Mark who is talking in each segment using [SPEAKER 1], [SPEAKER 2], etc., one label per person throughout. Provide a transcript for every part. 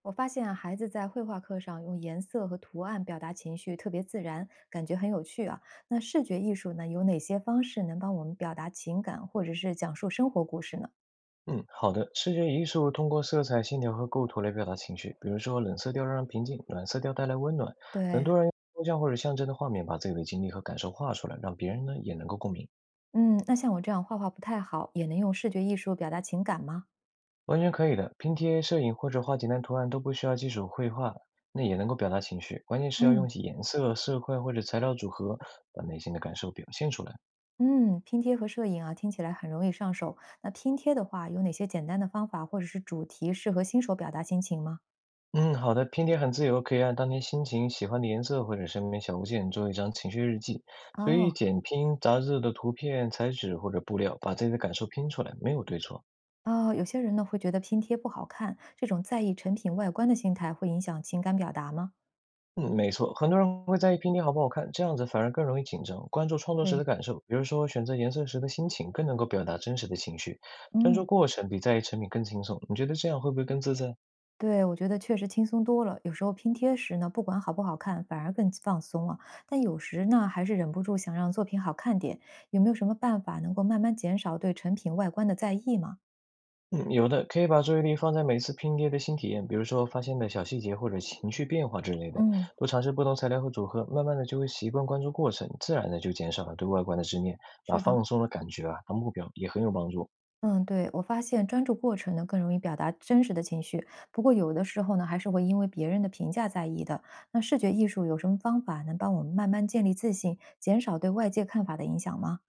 [SPEAKER 1] 我发现啊，孩子在绘画课上用颜色和图案表达情绪特别自然，感觉很有趣啊。那视觉艺术呢，有哪些方式能帮我们表达情感或者是讲述生活故事呢？
[SPEAKER 2] 嗯，好的。视觉艺术通过色彩、线条和构图来表达情绪，比如说冷色调让人平静，暖色调带来温暖。很
[SPEAKER 1] 对，
[SPEAKER 2] 多人用抽象或者象征的画面把自己的经历和感受画出来，让别人呢也能够共鸣，
[SPEAKER 1] 嗯，那像我这样画画不太好，也能用视觉艺术表达情感吗？
[SPEAKER 2] 完全可以的。拼贴、摄影或者画简单图案都不需要技术绘画，那也能够表达情绪。关键是要用
[SPEAKER 1] 嗯
[SPEAKER 2] 颜色、色块或者材料组合，把内心的感受表现出来。
[SPEAKER 1] 嗯，拼贴和摄影啊，听起来很容易上手。那拼贴的话，有哪些简单的方法或者是主题适合新手表达心情吗？
[SPEAKER 2] 嗯，好的，拼贴很自由，可以按当天心情、喜欢的颜色或者身边小物件做一张情绪日记，随意
[SPEAKER 1] 哦
[SPEAKER 2] 剪拼杂志的图片、彩纸或者布料，把自己的感受拼出来，没有对错。
[SPEAKER 1] 哦，有些人呢会觉得拼贴不好看，这种在意成品外观的心态会影响情感表达吗？
[SPEAKER 2] 嗯，没错，很多人会在意拼贴好不好看，这样子反而更容易紧张。关注创作时的
[SPEAKER 1] 对，
[SPEAKER 2] 感受，比如说选择颜色时的心情，更能够表达真实的情绪。专注
[SPEAKER 1] 嗯，
[SPEAKER 2] 过程比在意成品更轻松，你觉得这样会不会更自在？
[SPEAKER 1] 对，我觉得确实轻松多了。有时候拼贴时呢，不管好不好看，反而更放松了。但有时呢，还是忍不住想让作品好看点。有没有什么办法能够慢慢减少对成品外观的在意吗？
[SPEAKER 2] 嗯，有的，可以把注意力放在每次拼贴的新体验，比如说发现的小细节或者情绪变化之类的，
[SPEAKER 1] 嗯，
[SPEAKER 2] 多尝试不同材料和组合，慢慢的就会习惯关注过程，自然的就减少了对外观的执念，把
[SPEAKER 1] 是的，
[SPEAKER 2] 放松的感觉啊当目标也很有帮助。
[SPEAKER 1] 嗯，对，我发现专注过程呢更容易表达真实的情绪，不过有的时候呢还是会因为别人的评价在意的。那视觉艺术有什么方法能帮我们慢慢建立自信，减少对外界看法的影响吗？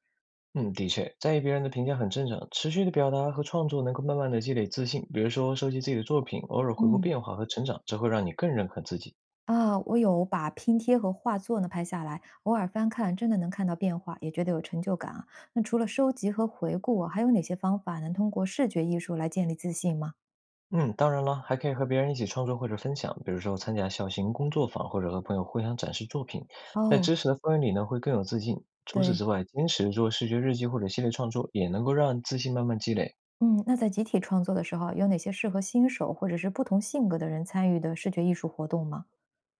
[SPEAKER 2] 嗯，的确，在意别人的评价很正常，持续的表达和创作能够慢慢的积累自信，比如说收集自己的作品，偶尔回顾
[SPEAKER 1] 嗯。
[SPEAKER 2] 变化和成长，这会让你更认可自己。
[SPEAKER 1] 啊，我有把拼贴和画作呢拍下来，偶尔翻看，真的能看到变化，也觉得有成就感啊。那除了收集和回顾啊，还有哪些方法能通过视觉艺术来建立自信吗？
[SPEAKER 2] 嗯，当然了，还可以和别人一起创作或者分享，比如说参加小型工作坊，或者和朋友互相展示作品，在
[SPEAKER 1] 哦，
[SPEAKER 2] 知识的氛围里呢，会更有自信。除此
[SPEAKER 1] 对，
[SPEAKER 2] 之外，坚持做视觉日记或者系列创作，也能够让自信慢慢积累。
[SPEAKER 1] 嗯，那在集体创作的时候，有哪些适合新手或者是不同性格的人参与的视觉艺术活动吗？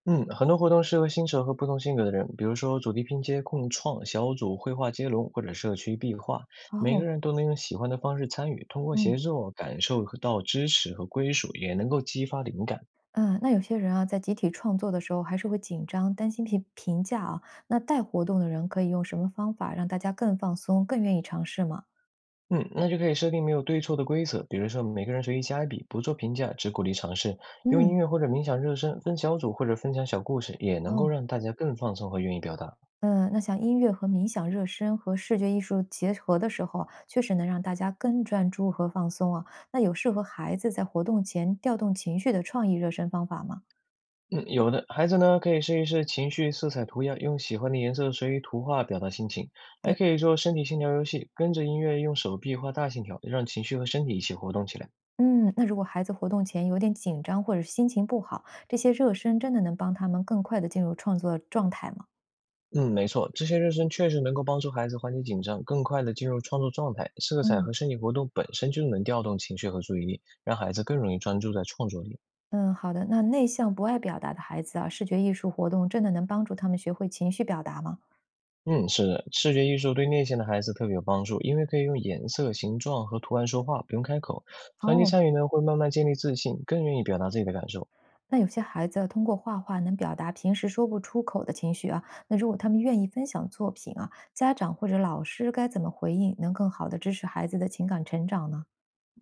[SPEAKER 2] 嗯，很多活动适合新手和不同性格的人，比如说主题拼接、共创、小组绘画接龙或者社区壁画，每个
[SPEAKER 1] 哦，
[SPEAKER 2] 人都能用喜欢的方式参与，通过
[SPEAKER 1] 嗯
[SPEAKER 2] 协作感受到支持和归属，也能够激发灵感。
[SPEAKER 1] 嗯，那有些人啊，在集体创作的时候还是会紧张，担心评价啊。那带活动的人可以用什么方法让大家更放松，更愿意尝试吗？
[SPEAKER 2] 嗯，那就可以设定没有对错的规则，比如说每个人随意加一笔，不做评价，只鼓励尝试。用
[SPEAKER 1] 嗯，
[SPEAKER 2] 音乐或者冥想热身，分小组或者分享小故事，也能够
[SPEAKER 1] 哦。
[SPEAKER 2] 让大家更放松和愿意表达。
[SPEAKER 1] 嗯，那像音乐和冥想热身和视觉艺术结合的时候啊确实能让大家更专注和放松啊。那有适合孩子在活动前调动情绪的创意热身方法吗？
[SPEAKER 2] 嗯，有的孩子呢，可以试一试情绪色彩涂鸦，用喜欢的颜色随意涂画表达心情，还
[SPEAKER 1] 对，
[SPEAKER 2] 可以做身体线条游戏，跟着音乐用手臂画大线条，让情绪和身体一起活动起来。
[SPEAKER 1] 嗯，那如果孩子活动前有点紧张或者心情不好，这些热身真的能帮他们更快地进入创作状态吗？
[SPEAKER 2] 嗯，没错，这些热身确实能够帮助孩子缓解紧张，更快的进入创作状态。色彩
[SPEAKER 1] 嗯，
[SPEAKER 2] 和身体活动本身就能调动情绪和注意力，让孩子更容易专注在创作里。
[SPEAKER 1] 嗯，好的。那内向不爱表达的孩子啊，视觉艺术活动真的能帮助他们学会情绪表达吗？
[SPEAKER 2] 嗯，是的，视觉艺术对内向的孩子特别有帮助，因为可以用颜色、形状和图案说话，不用开口。长期
[SPEAKER 1] 哦。
[SPEAKER 2] 参与呢，会慢慢建立自信，更愿意表达自己的感受。
[SPEAKER 1] 那有些孩子啊通过画画能表达平时说不出口的情绪啊，那如果他们愿意分享作品啊，家长或者老师该怎么回应，能更好的支持孩子的情感成长呢？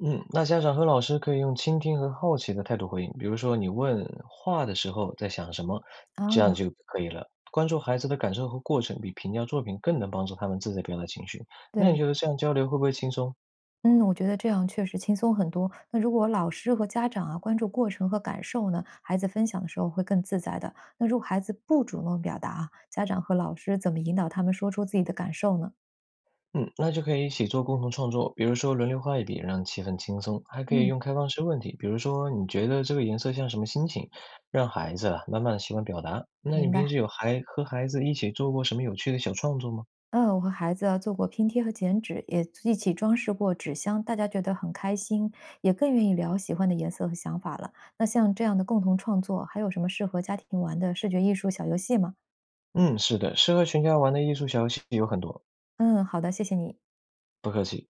[SPEAKER 2] 嗯，那家长和老师可以用倾听和好奇的态度回应，比如说你问话的时候在想什么，
[SPEAKER 1] 啊，
[SPEAKER 2] 这样就可以了。关注孩子的感受和过程，比评价作品更能帮助他们自在表达情绪。那你
[SPEAKER 1] 对，
[SPEAKER 2] 觉得这样交流会不会轻松？
[SPEAKER 1] 嗯，我觉得这样确实轻松很多。那如果老师和家长啊关注过程和感受呢，孩子分享的时候会更自在的。那如果孩子不主动表达啊，家长和老师怎么引导他们说出自己的感受呢？
[SPEAKER 2] 嗯，那就可以一起做共同创作，比如说轮流画一笔，让气氛轻松。还可以
[SPEAKER 1] 嗯，
[SPEAKER 2] 用开放式问题，比如说你觉得这个颜色像什么心情，让孩子啊慢慢的习惯表达。那你
[SPEAKER 1] 明
[SPEAKER 2] 平
[SPEAKER 1] 白。
[SPEAKER 2] 时有孩和孩子一起做过什么有趣的小创作吗？
[SPEAKER 1] 嗯，我和孩子啊做过拼贴和剪纸，也一起装饰过纸箱，大家觉得很开心，也更愿意聊喜欢的颜色和想法了。那像这样的共同创作，还有什么适合家庭玩的视觉艺术小游戏吗？
[SPEAKER 2] 嗯，是的，适合全家玩的艺术小游戏有很多，
[SPEAKER 1] 嗯，好的，谢谢你。
[SPEAKER 2] 不客气。